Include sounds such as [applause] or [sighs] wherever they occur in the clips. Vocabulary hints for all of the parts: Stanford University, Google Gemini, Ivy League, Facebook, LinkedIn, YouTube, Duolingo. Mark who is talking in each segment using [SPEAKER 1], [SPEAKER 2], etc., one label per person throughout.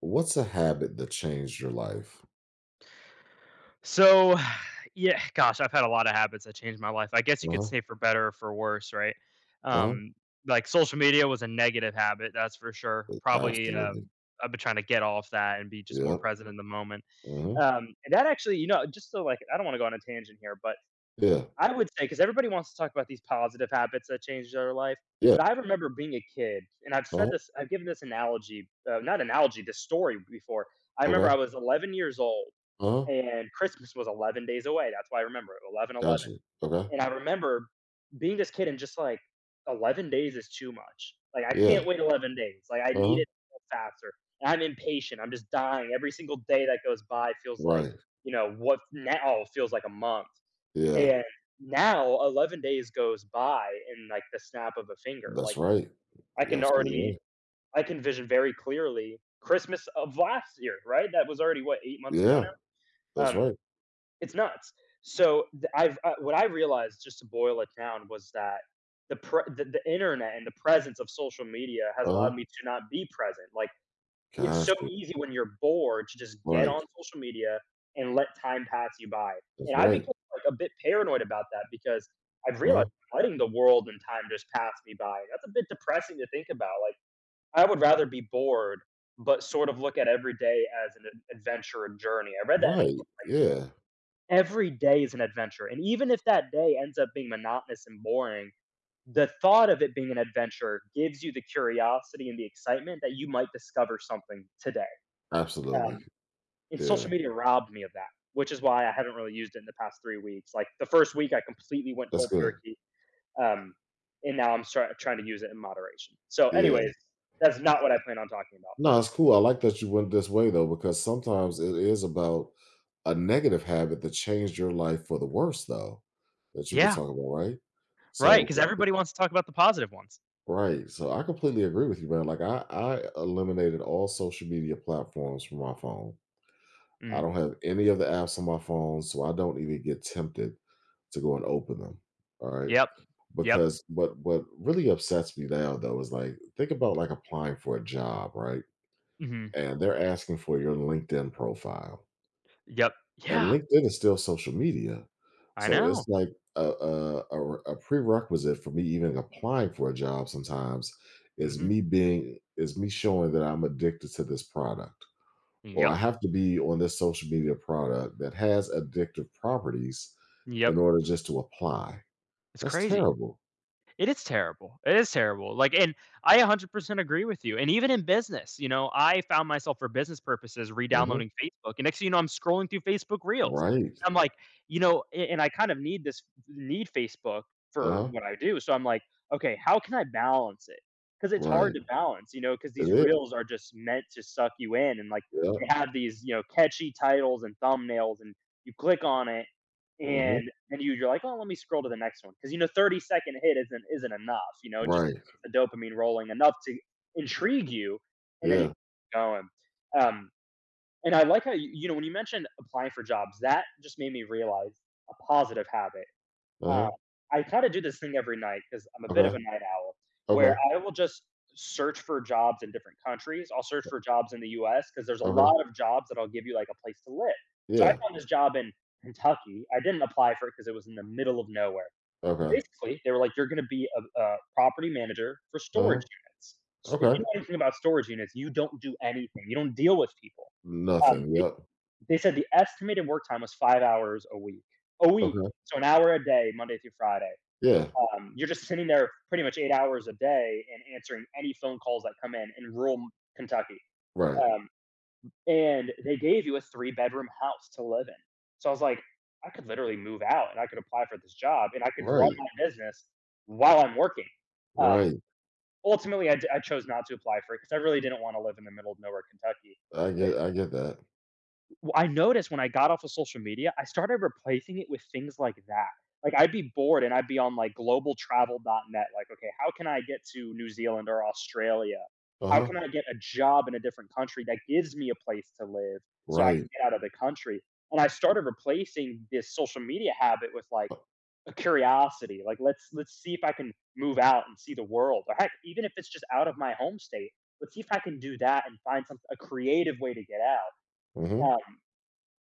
[SPEAKER 1] What's a habit that changed your life?
[SPEAKER 2] So, [sighs] yeah, gosh, I've had a lot of habits that changed my life. I guess you could
[SPEAKER 1] Uh-huh,
[SPEAKER 2] say for better or for worse, right?
[SPEAKER 1] uh-huh,
[SPEAKER 2] Um, like social media was a negative habit, that's for sure. Probably
[SPEAKER 1] absolutely,
[SPEAKER 2] I've been trying to get off that and be just more
[SPEAKER 1] yep,
[SPEAKER 2] present in the moment.
[SPEAKER 1] uh huh.
[SPEAKER 2] And that actually, just so like I don't want to go on a tangent here, but
[SPEAKER 1] Yeah,
[SPEAKER 2] I would say because everybody wants to talk about these positive habits that changed their life.
[SPEAKER 1] yeah,
[SPEAKER 2] But I remember being a kid, and I've said
[SPEAKER 1] uh-huh,
[SPEAKER 2] this, I've given this analogy, not analogy, this story before. I remember I
[SPEAKER 1] okay,
[SPEAKER 2] was 11 years old
[SPEAKER 1] uh-huh,
[SPEAKER 2] and Christmas was 11 days away. That's why I remember it 11 eleven.
[SPEAKER 1] gotcha, okay,
[SPEAKER 2] And I remember being this kid and just like, 11 days is too much. Like, I can't
[SPEAKER 1] yeah,
[SPEAKER 2] wait 11 days. Like, I need
[SPEAKER 1] uh-huh,
[SPEAKER 2] it faster. And I'm impatient. I'm just dying. Every single day that goes by feels like,
[SPEAKER 1] right,
[SPEAKER 2] you know, what now oh, feels like a month.
[SPEAKER 1] yeah,
[SPEAKER 2] And now 11 days goes by in like the snap of a finger.
[SPEAKER 1] that's
[SPEAKER 2] Like,
[SPEAKER 1] right,
[SPEAKER 2] I
[SPEAKER 1] you're
[SPEAKER 2] can
[SPEAKER 1] absolutely
[SPEAKER 2] already,
[SPEAKER 1] right,
[SPEAKER 2] I can vision very clearly Christmas of last year, right? That was already what, 8 months ago
[SPEAKER 1] yeah,
[SPEAKER 2] now?
[SPEAKER 1] that's right,
[SPEAKER 2] It's nuts. So th- I've what I realized, just to boil it down, was that the internet and the presence of social media has
[SPEAKER 1] uh-huh,
[SPEAKER 2] allowed me to not be present. Like it's so
[SPEAKER 1] gotcha,
[SPEAKER 2] easy when you're bored to just get
[SPEAKER 1] right,
[SPEAKER 2] on social media and let time pass you by.
[SPEAKER 1] that's
[SPEAKER 2] And I became
[SPEAKER 1] right,
[SPEAKER 2] like a bit paranoid about that because I've realized
[SPEAKER 1] uh-huh,
[SPEAKER 2] I'm letting the world and time just pass me by. That's a bit depressing to think about. Like I would rather be bored, but sort of look at every day as an adventure and journey. I read that in a
[SPEAKER 1] right,
[SPEAKER 2] book
[SPEAKER 1] yeah,
[SPEAKER 2] every day is an adventure. And even if that day ends up being monotonous and boring, the thought of it being an adventure gives you the curiosity and the excitement that you might discover something today.
[SPEAKER 1] absolutely,
[SPEAKER 2] Um, and
[SPEAKER 1] yeah,
[SPEAKER 2] social media robbed me of that, which is why I haven't really used it in the past 3 weeks. Like the first week, I completely went
[SPEAKER 1] that's
[SPEAKER 2] cold
[SPEAKER 1] good,
[SPEAKER 2] turkey. Um, and now I'm trying to use it in moderation. So,
[SPEAKER 1] yeah.
[SPEAKER 2] anyways, that's not what I plan on talking about.
[SPEAKER 1] No, it's cool. I like that you went this way though, because sometimes it is about a negative habit that changed your life for the worse, though, that you could
[SPEAKER 2] Yeah,
[SPEAKER 1] talk about, right?
[SPEAKER 2] right.
[SPEAKER 1] So,
[SPEAKER 2] Because everybody wants to talk about the positive ones.
[SPEAKER 1] right. So I completely agree with you, man. Like I eliminated all social media platforms from my phone. I
[SPEAKER 2] Mm,
[SPEAKER 1] don't have any of the apps on my phone, so I don't even get tempted to go and open them. All right.
[SPEAKER 2] yep. Yep.
[SPEAKER 1] Because what really upsets me now though is like think about like applying for a job, right?
[SPEAKER 2] Hmm.
[SPEAKER 1] And they're asking for your LinkedIn profile,
[SPEAKER 2] Yep.
[SPEAKER 1] and
[SPEAKER 2] Yeah,
[SPEAKER 1] LinkedIn is still social media,
[SPEAKER 2] I
[SPEAKER 1] so it's
[SPEAKER 2] know.
[SPEAKER 1] like a prerequisite for me even applying for a job sometimes is
[SPEAKER 2] Mhm.
[SPEAKER 1] me being is me showing that I'm addicted to this product, or
[SPEAKER 2] Yep.
[SPEAKER 1] I have to be on this social media product that has addictive properties
[SPEAKER 2] Yep.
[SPEAKER 1] in order just to apply.
[SPEAKER 2] It's
[SPEAKER 1] That's
[SPEAKER 2] crazy.
[SPEAKER 1] terrible.
[SPEAKER 2] It is terrible. It is terrible. Like, and I 100% agree with you. And even in business, I found myself for business purposes
[SPEAKER 1] Mhm.
[SPEAKER 2] re-downloading Facebook, and next thing you know, I'm scrolling through Facebook Reels.
[SPEAKER 1] Right.
[SPEAKER 2] I'm like, a and I kind of need Facebook for
[SPEAKER 1] Uh-huh.
[SPEAKER 2] what I do, so I'm like, "Okay, how can I balance it? Because it's hard
[SPEAKER 1] Right.
[SPEAKER 2] to balance, because
[SPEAKER 1] It
[SPEAKER 2] these
[SPEAKER 1] is.
[SPEAKER 2] Reels are just meant to suck you in, and, like,
[SPEAKER 1] Yeah.
[SPEAKER 2] they have these catchy titles and thumbnails, and you click on it,
[SPEAKER 1] Mhm.
[SPEAKER 2] and you're like, "Oh, let me scroll to the next one because 30-second hit isn't enough, it just
[SPEAKER 1] Right.
[SPEAKER 2] gets the dopamine rolling enough to intrigue you, and then you
[SPEAKER 1] Yeah.
[SPEAKER 2] keep going. Um, and I like how when you mentioned applying for jobs, that just made me realize a positive habit uh,
[SPEAKER 1] Uh-huh.
[SPEAKER 2] I try to do this thing every night because 'cause I'm a bit of
[SPEAKER 1] Okay.
[SPEAKER 2] a night owl, where
[SPEAKER 1] Okay.
[SPEAKER 2] I will just search for jobs in different countries. I'll search for jobs in the U.S. because there's a
[SPEAKER 1] Okay.
[SPEAKER 2] lot of jobs that'll give you, like, a place to live. So I
[SPEAKER 1] Yeah.
[SPEAKER 2] found this job in Kentucky. I didn't apply for it because it was in the middle of nowhere. But
[SPEAKER 1] Okay.
[SPEAKER 2] basically, they were like, "You're gonna be a property manager for
[SPEAKER 1] Uh-huh.
[SPEAKER 2] storage units. If you
[SPEAKER 1] Okay.
[SPEAKER 2] know anything about storage units, you don't do anything. You don't deal with people." Um
[SPEAKER 1] Nothing. Yep.
[SPEAKER 2] they said the estimated work time was 5 hours a week. A week,
[SPEAKER 1] Okay.
[SPEAKER 2] so an hour a day, Monday through Friday.
[SPEAKER 1] Yeah.
[SPEAKER 2] You're just sitting there pretty much 8 hours a day and answering any phone calls that come in rural Kentucky.
[SPEAKER 1] Right.
[SPEAKER 2] Um, and they gave you a three-bedroom house to live in. So I was like, I could literally move out and I could apply for this job and I could run
[SPEAKER 1] Right.
[SPEAKER 2] my business while I'm working. Um,
[SPEAKER 1] Right.
[SPEAKER 2] ultimately, I chose not to apply for it because I really didn't want to live in the middle of nowhere, Kentucky.
[SPEAKER 1] I
[SPEAKER 2] But,
[SPEAKER 1] get I get that.
[SPEAKER 2] well, I noticed when I got off of social media, I started replacing it with things like that. Like I'd be bored and I'd be on like globaltravel.net. Like, okay, how can I get to New Zealand or Australia? How
[SPEAKER 1] Uh-huh.
[SPEAKER 2] can I get a job in a different country that gives me a place to live so I
[SPEAKER 1] Right.
[SPEAKER 2] can get out of the country? And I started replacing this social media habit with like
[SPEAKER 1] Uh,
[SPEAKER 2] a curiosity, like let's see if I can move out and see the world. Or heck, even if it's just out of my home state, let's see if I can do that and find some a creative way to get out.
[SPEAKER 1] mhm.
[SPEAKER 2] Um,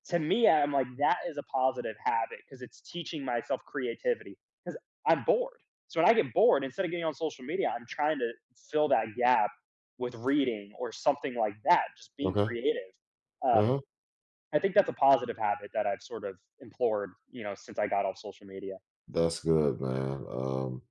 [SPEAKER 2] to me, I'm like, that is a positive habit because it's teaching myself creativity because I'm bored. So when I get bored, instead of getting on social media, I'm trying to fill that gap with reading or something like that, just being
[SPEAKER 1] Okay.
[SPEAKER 2] creative. Um,
[SPEAKER 1] Uh-huh.
[SPEAKER 2] I think that's a positive habit that I've sort of implored, since I got off social media.
[SPEAKER 1] That's good, man.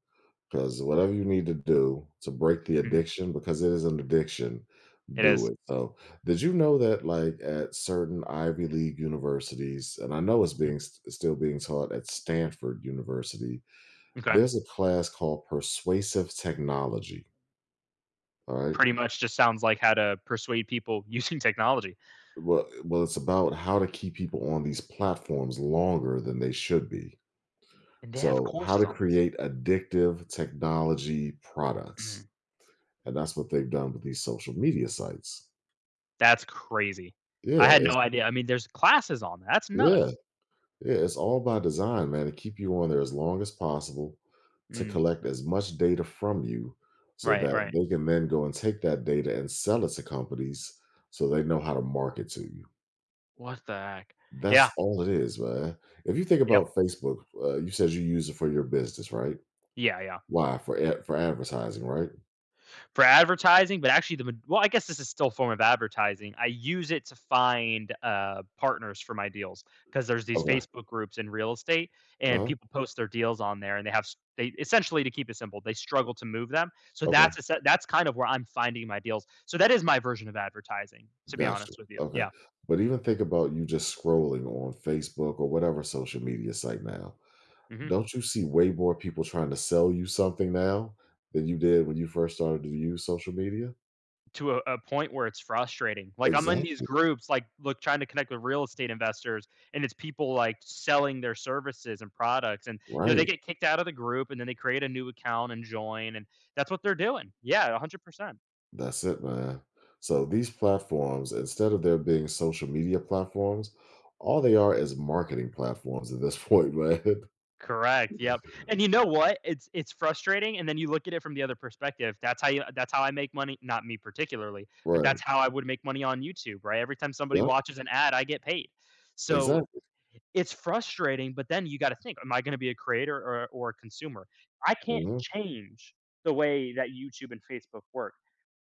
[SPEAKER 1] Because whatever you need to do to break the
[SPEAKER 2] Mm,
[SPEAKER 1] addiction, because it is an addiction,
[SPEAKER 2] it
[SPEAKER 1] do
[SPEAKER 2] is.
[SPEAKER 1] it. So did you know that like at certain Ivy League universities, and I know it's
[SPEAKER 2] Mm,
[SPEAKER 1] still being taught at Stanford University,
[SPEAKER 2] okay.
[SPEAKER 1] there's a class called persuasive technology. All right.
[SPEAKER 2] Pretty much just sounds like how to persuade people [laughs] using technology.
[SPEAKER 1] Well, it's about how to keep people on these platforms longer than they should be.
[SPEAKER 2] And they have
[SPEAKER 1] So, how
[SPEAKER 2] courses
[SPEAKER 1] to
[SPEAKER 2] on this.
[SPEAKER 1] create addictive technology products,
[SPEAKER 2] Mm,
[SPEAKER 1] and that's what they've done with these social media sites.
[SPEAKER 2] that's crazy.
[SPEAKER 1] Yeah,
[SPEAKER 2] I had
[SPEAKER 1] it's,
[SPEAKER 2] no idea. I mean, there's classes on that. That's
[SPEAKER 1] yeah,
[SPEAKER 2] nuts.
[SPEAKER 1] yeah. It's all by design, man, to keep you on there as long as possible, to
[SPEAKER 2] Mm,
[SPEAKER 1] collect as much data from you, so
[SPEAKER 2] right,
[SPEAKER 1] that
[SPEAKER 2] right.
[SPEAKER 1] they can then go and take that data and sell it to companies, so they know how to market to you.
[SPEAKER 2] What the heck? Yeah,
[SPEAKER 1] That's all it is, man. If you think
[SPEAKER 2] yep,
[SPEAKER 1] about Facebook, you said you use it for your business, right?
[SPEAKER 2] yeah, yeah.
[SPEAKER 1] Why? For ad for advertising, right?
[SPEAKER 2] For advertising, but actually the ma well, I guess this is still a form of advertising. I use it to find, partners for my deals because there's these
[SPEAKER 1] Okay.
[SPEAKER 2] Facebook groups in real estate, and
[SPEAKER 1] Uh-huh.
[SPEAKER 2] people post their deals on there, and they have s they essentially, to keep it simple, they struggle to move them. So
[SPEAKER 1] Okay.
[SPEAKER 2] that's kind of where I'm finding my deals. So that is my version of advertising, to be
[SPEAKER 1] Gotcha.
[SPEAKER 2] honest with you.
[SPEAKER 1] Okay.
[SPEAKER 2] Yeah.
[SPEAKER 1] But even think about you just scrolling on Facebook or whatever social media site now.
[SPEAKER 2] Mhm.
[SPEAKER 1] Don't you see way more people trying to sell you something now than you did when you first started to use social media?
[SPEAKER 2] To a point where it's frustrating. Like I'm in these
[SPEAKER 1] Exactly.
[SPEAKER 2] groups, like look trying to connect with real estate investors, and it's people like selling their services and products, and you know they
[SPEAKER 1] Right.
[SPEAKER 2] get kicked out of the group, and then they create a new account and join, and that's what they're doing. Yeah, 100 percent.
[SPEAKER 1] That's it, man. So these platforms, instead of there being social media platforms, all they are is marketing platforms at this point, [laughs] man.
[SPEAKER 2] Correct. Yep. And you know what? It's frustrating, and then you look at it from the other perspective. That's how you. That's how I make money. Not me particularly, but
[SPEAKER 1] Right.
[SPEAKER 2] that's how I would make money on YouTube. Right. Every time somebody
[SPEAKER 1] Yep.
[SPEAKER 2] watches an ad, I get paid. So
[SPEAKER 1] Exactly.
[SPEAKER 2] it's frustrating, but then you gotta think, am I gonna be a creator or a consumer? I can't
[SPEAKER 1] Hmm.
[SPEAKER 2] change the way that YouTube and Facebook work.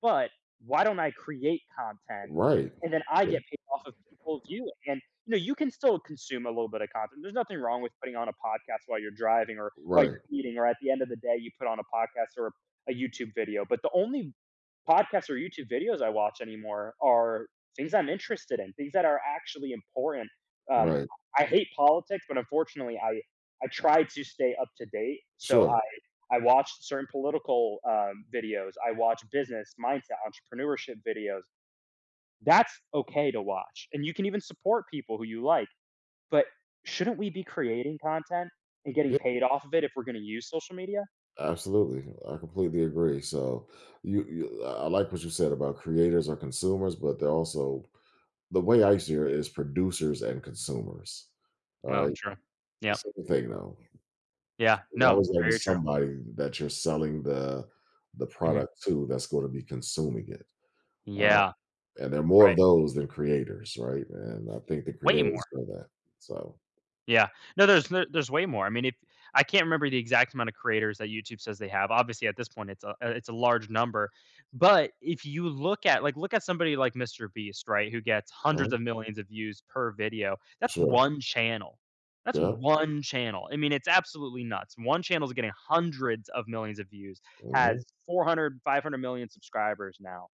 [SPEAKER 2] But why don't I create content
[SPEAKER 1] Right.
[SPEAKER 2] and then I
[SPEAKER 1] Yeah.
[SPEAKER 2] get paid off of people viewing? And, you can still consume a little bit of content. There's nothing wrong with putting on a podcast while you're driving or while
[SPEAKER 1] Right.
[SPEAKER 2] you're eating, or at the end of the day, you put on a podcast or a YouTube video. But the only podcasts or YouTube videos I watch anymore are things I'm interested in, things that are actually important. Um,
[SPEAKER 1] Right.
[SPEAKER 2] I hate politics, but unfortunately, I try to stay up to date. So
[SPEAKER 1] Sure.
[SPEAKER 2] I watched certain political videos. I watch business mindset, entrepreneurship videos. That's okay to watch. And you can even support people who you like. But shouldn't we be creating content and getting
[SPEAKER 1] Yeah.
[SPEAKER 2] paid off of it if we're going to use social media?
[SPEAKER 1] Absolutely. I completely agree. So you, I like what you said about creators are consumers, but they're also the way I see it is producers and consumers. All
[SPEAKER 2] Oh,
[SPEAKER 1] right.
[SPEAKER 2] true. Yep.
[SPEAKER 1] Same thing though.
[SPEAKER 2] Yeah.
[SPEAKER 1] There's
[SPEAKER 2] No,
[SPEAKER 1] always gotta be
[SPEAKER 2] very true.
[SPEAKER 1] somebody that you're selling the
[SPEAKER 2] Mhm.
[SPEAKER 1] product to that's gonna be consuming it, uh,
[SPEAKER 2] Yeah.
[SPEAKER 1] and there are more of
[SPEAKER 2] Right.
[SPEAKER 1] those than creators, right? And I think the
[SPEAKER 2] Way
[SPEAKER 1] creators
[SPEAKER 2] more.
[SPEAKER 1] know that. So
[SPEAKER 2] Yeah. No, there's way more. I mean, if I can't remember the exact amount of creators that YouTube says they have. Obviously, at this point, it's a large number. But if you look at somebody like Mr. Beast, right, who gets
[SPEAKER 1] uh-huh,
[SPEAKER 2] hundreds of millions of views per video. That's
[SPEAKER 1] sure.
[SPEAKER 2] one channel. That's
[SPEAKER 1] Yeah.
[SPEAKER 2] one channel. I mean, it's absolutely nuts. One channel is getting hundreds of millions of views,
[SPEAKER 1] Mhm,
[SPEAKER 2] has 400, 500 million subscribers now.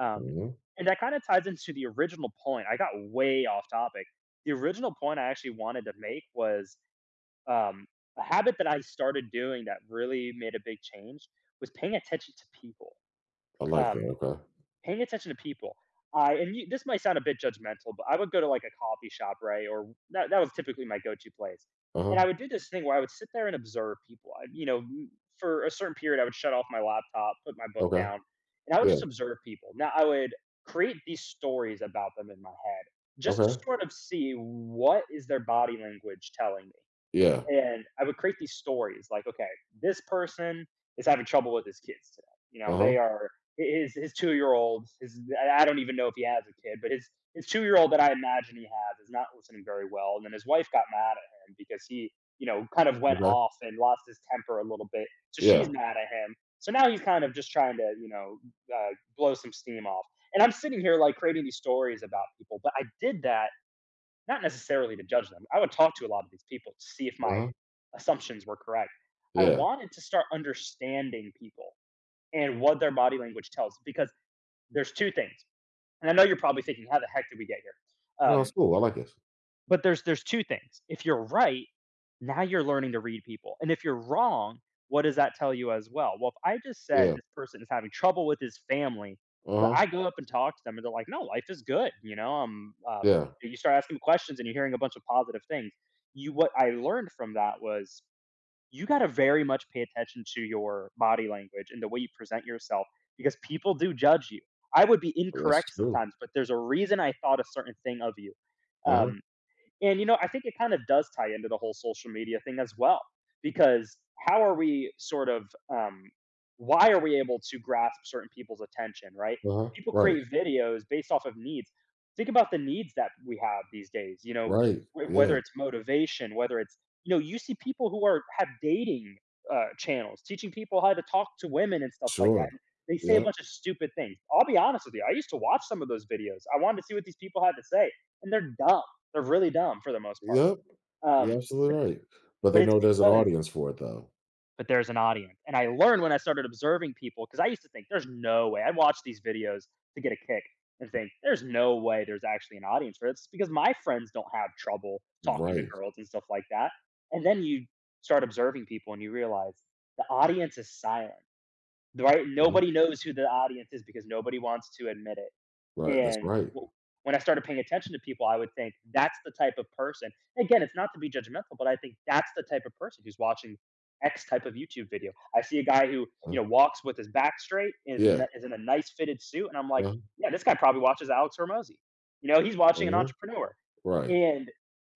[SPEAKER 2] Um,
[SPEAKER 1] mhm.
[SPEAKER 2] and that kind of ties into the original point. I got way off topic. The original point I actually wanted to make was um, a habit that I started doing that really made a big change was paying attention to people.
[SPEAKER 1] I like that,
[SPEAKER 2] Um,
[SPEAKER 1] okay.
[SPEAKER 2] Paying attention to people. I and you this might sound a bit judgmental, but I would go to, like, a coffee shop, right, or that was typically my go-to place, and
[SPEAKER 1] Uh-huh,
[SPEAKER 2] I would do this thing where I would sit there and observe people. I you know, m For a certain period, I would shut off my laptop, put my book
[SPEAKER 1] okay.
[SPEAKER 2] down, and I would
[SPEAKER 1] Yeah,
[SPEAKER 2] just observe people. Now I would create these stories about them in my head just to
[SPEAKER 1] okay.
[SPEAKER 2] sort of see what is their body language telling me.
[SPEAKER 1] Yeah.
[SPEAKER 2] And I would create these stories like, okay, this person is having trouble with his kids today. You know,
[SPEAKER 1] Uh-huh,
[SPEAKER 2] they are his 2 year old. His I don't even know if he has a kid, but his 2 year old that I imagine he has is not listening very well. And then his wife got mad at him because he, you know, kind of went
[SPEAKER 1] okay.
[SPEAKER 2] off and lost his temper a little bit. So she's
[SPEAKER 1] Yeah,
[SPEAKER 2] mad at him. So now he's kind of just trying to, you know, uh, blow some steam off. And I'm sitting here like creating these stories about people, but I did that not necessarily to judge them. I would talk to a lot of these people to see if my
[SPEAKER 1] uh-huh,
[SPEAKER 2] assumptions were correct. I
[SPEAKER 1] yeah.
[SPEAKER 2] wanted to start understanding people and what their body language tells because there's two things. And I know you're probably thinking, how the heck did we get here?
[SPEAKER 1] No, it's cool, I like it.
[SPEAKER 2] But there's two things. If you're right, now you're learning to read people. And if you're wrong, what does that tell you as well? Well, if I just said
[SPEAKER 1] Yeah,
[SPEAKER 2] this person is having trouble with his family, but
[SPEAKER 1] uh-huh,
[SPEAKER 2] I go up and talk to them and they're like, no, life is good. You know,
[SPEAKER 1] yeah.
[SPEAKER 2] you start asking questions and you're hearing a bunch of positive things. What I learned from that was you got to very much pay attention to your body language and the way you present yourself because people do judge you. I would be
[SPEAKER 1] That's
[SPEAKER 2] incorrect
[SPEAKER 1] true.
[SPEAKER 2] sometimes, but there's a reason I thought a certain thing of you.
[SPEAKER 1] Uh-huh,
[SPEAKER 2] Um, and you know, I think it kind of does tie into the whole social media thing as well, because how are we sort of, um, why are we able to grasp certain people's attention, right?
[SPEAKER 1] uh-huh.
[SPEAKER 2] People
[SPEAKER 1] Right,
[SPEAKER 2] create videos based off of needs. Think about the needs that we have these days. You know,
[SPEAKER 1] right.
[SPEAKER 2] whether
[SPEAKER 1] Yeah,
[SPEAKER 2] it's motivation, whether it's you know, you see people who are have dating channels teaching people how to talk to women and stuff like that.
[SPEAKER 1] sure.
[SPEAKER 2] And they say a
[SPEAKER 1] Yeah,
[SPEAKER 2] bunch of stupid things. I'll be honest with you. I used to watch some of those videos. I wanted to see what these people had to say, and they're really dumb for the most part.
[SPEAKER 1] yep. You're
[SPEAKER 2] Um, but
[SPEAKER 1] absolutely right, but
[SPEAKER 2] but
[SPEAKER 1] they
[SPEAKER 2] it's
[SPEAKER 1] know there's an
[SPEAKER 2] because
[SPEAKER 1] audience for it, though.
[SPEAKER 2] but there's an audience, and I learned when I started observing people because I used to think there's no way I'd watch these videos to get a kick and think there's no way there's actually an audience for this because my friends don't have trouble talking to
[SPEAKER 1] Right.
[SPEAKER 2] girls and stuff like that. And then you start observing people and you realize the audience is silent, right?
[SPEAKER 1] Mhm.
[SPEAKER 2] Nobody knows who the audience is because nobody wants to admit it.
[SPEAKER 1] Right, that's
[SPEAKER 2] And
[SPEAKER 1] right.
[SPEAKER 2] when I started paying attention to people, I would think that's the type of person, again, it's not to be judgmental, but I think that's the type of person who's watching x type of YouTube video. I see a guy who,
[SPEAKER 1] Uh,
[SPEAKER 2] you know, walks with his back straight,
[SPEAKER 1] yeah.
[SPEAKER 2] is in a nice fitted suit, and I'm like,
[SPEAKER 1] Uh,
[SPEAKER 2] yeah, this guy probably watches Alex Hormozy, you know, he's watching an
[SPEAKER 1] mhm,
[SPEAKER 2] entrepreneur.
[SPEAKER 1] right.
[SPEAKER 2] And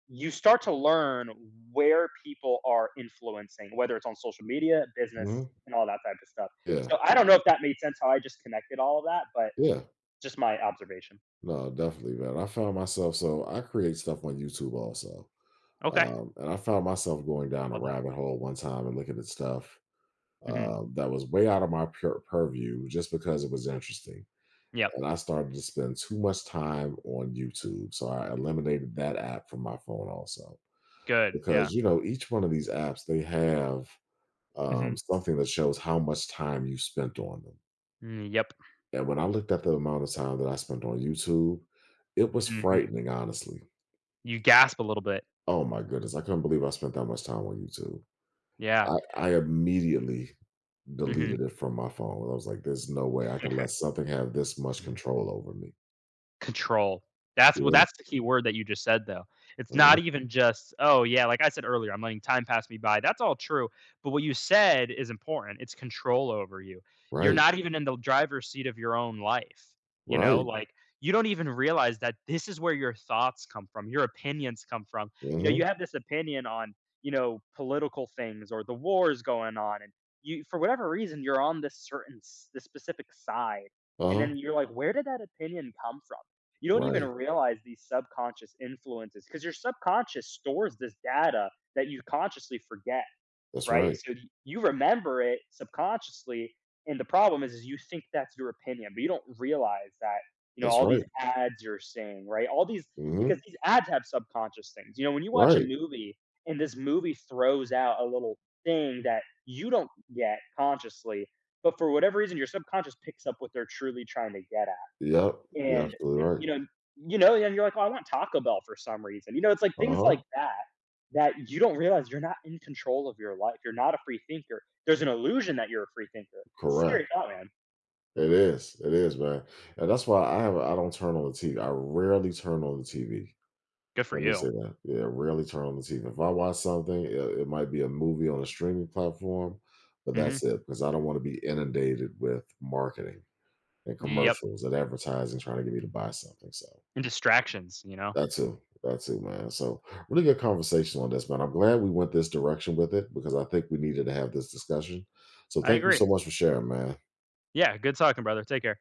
[SPEAKER 2] you start to learn where people are influencing, whether it's on social media,
[SPEAKER 1] Mhm,
[SPEAKER 2] business, and all that type of stuff.
[SPEAKER 1] yeah,
[SPEAKER 2] So I don't know if that made sense how I just connected all of that, but
[SPEAKER 1] yeah.
[SPEAKER 2] just my observation.
[SPEAKER 1] No, definitely, man. I found myself so I create stuff on YouTube also,
[SPEAKER 2] Okay.
[SPEAKER 1] and I found myself going down a
[SPEAKER 2] Love that.
[SPEAKER 1] rabbit hole one time and looking at stuff,
[SPEAKER 2] hmm
[SPEAKER 1] that was way out of my purview just because it was interesting,
[SPEAKER 2] Yep.
[SPEAKER 1] and I started to spend too much time on YouTube, so I eliminated that app from my phone also.
[SPEAKER 2] Good. Yeah.
[SPEAKER 1] Because, you know, each one of these apps, they have,
[SPEAKER 2] hmm
[SPEAKER 1] something that shows how much time you spent on them,
[SPEAKER 2] Mm, yep.
[SPEAKER 1] and when I looked at the amount of time that I spent on YouTube, it was
[SPEAKER 2] hmm
[SPEAKER 1] frightening, honestly.
[SPEAKER 2] You gasp a little bit.
[SPEAKER 1] Oh my goodness, I couldn't believe I spent that much time on YouTube.
[SPEAKER 2] Yeah.
[SPEAKER 1] I immediately
[SPEAKER 2] hmm
[SPEAKER 1] deleted it from my phone. I was like, "There's no way I can let something have this much control over me."
[SPEAKER 2] Control. That's what.
[SPEAKER 1] Yeah.
[SPEAKER 2] That's the key word that you just said, though. It's
[SPEAKER 1] Mhm.
[SPEAKER 2] not even just, "Oh, yeah," like I said earlier, "I'm letting time pass me by." That's all true, but what you said is important. It's control over you. You're
[SPEAKER 1] Right.
[SPEAKER 2] not even in the driver's seat of your own life, you know?
[SPEAKER 1] Right.
[SPEAKER 2] Like, you don't even realize that this is where your thoughts come from, your opinions come from. You know,
[SPEAKER 1] Mhm.
[SPEAKER 2] you have this opinion on, you know, political things or the wars going on, and you, for whatever reason, you're on this certain s this specific side, and
[SPEAKER 1] Uh-huh.
[SPEAKER 2] then you're like, "Where did that opinion come from?" You don't even
[SPEAKER 1] Right.
[SPEAKER 2] realize these subconscious influences because your subconscious stores this data that you consciously forget,
[SPEAKER 1] That's
[SPEAKER 2] right?
[SPEAKER 1] right.
[SPEAKER 2] So you remember it subconsciously, and the problem is you think that's your opinion, but you don't realize that, you know,
[SPEAKER 1] That's
[SPEAKER 2] all
[SPEAKER 1] right.
[SPEAKER 2] these ads you're seeing, right? All these Because
[SPEAKER 1] Mhm.
[SPEAKER 2] these ads have subconscious things. You know, when you watch a
[SPEAKER 1] Right.
[SPEAKER 2] movie and this movie throws out a little thing that you don't get consciously, but for whatever reason, your subconscious picks up what they're truly trying to get at.
[SPEAKER 1] Yep. You're
[SPEAKER 2] And,
[SPEAKER 1] absolutely right.
[SPEAKER 2] you know you know, and you're like, "Oh, I want Taco Bell for some reason." You know, it's like things like
[SPEAKER 1] Uh-huh.
[SPEAKER 2] that, that you don't realize you're not in control of your life. You're not a free thinker. There's an illusion that you're a free thinker. Scary
[SPEAKER 1] Correct.
[SPEAKER 2] thought, man.
[SPEAKER 1] It is. It is, man. And that's why I don't turn on the TV. I rarely turn on the TV.
[SPEAKER 2] Good for
[SPEAKER 1] Let me
[SPEAKER 2] you.
[SPEAKER 1] say that. Yeah, rarely turn on the TV. If I watch something, it might be a movie on a streaming platform, but
[SPEAKER 2] Mhm.
[SPEAKER 1] that's it because I don't want to be inundated with marketing and
[SPEAKER 2] Yep.
[SPEAKER 1] commercials and advertising trying to get me to buy something. So
[SPEAKER 2] And distractions, you know?
[SPEAKER 1] that too. That too, man. So really good conversation on this, man. I'm glad we went this direction with it because I think we needed to have this discussion. So
[SPEAKER 2] I
[SPEAKER 1] thank you
[SPEAKER 2] agree.
[SPEAKER 1] so much for sharing, man.
[SPEAKER 2] Yeah, good talking, brother. Take care.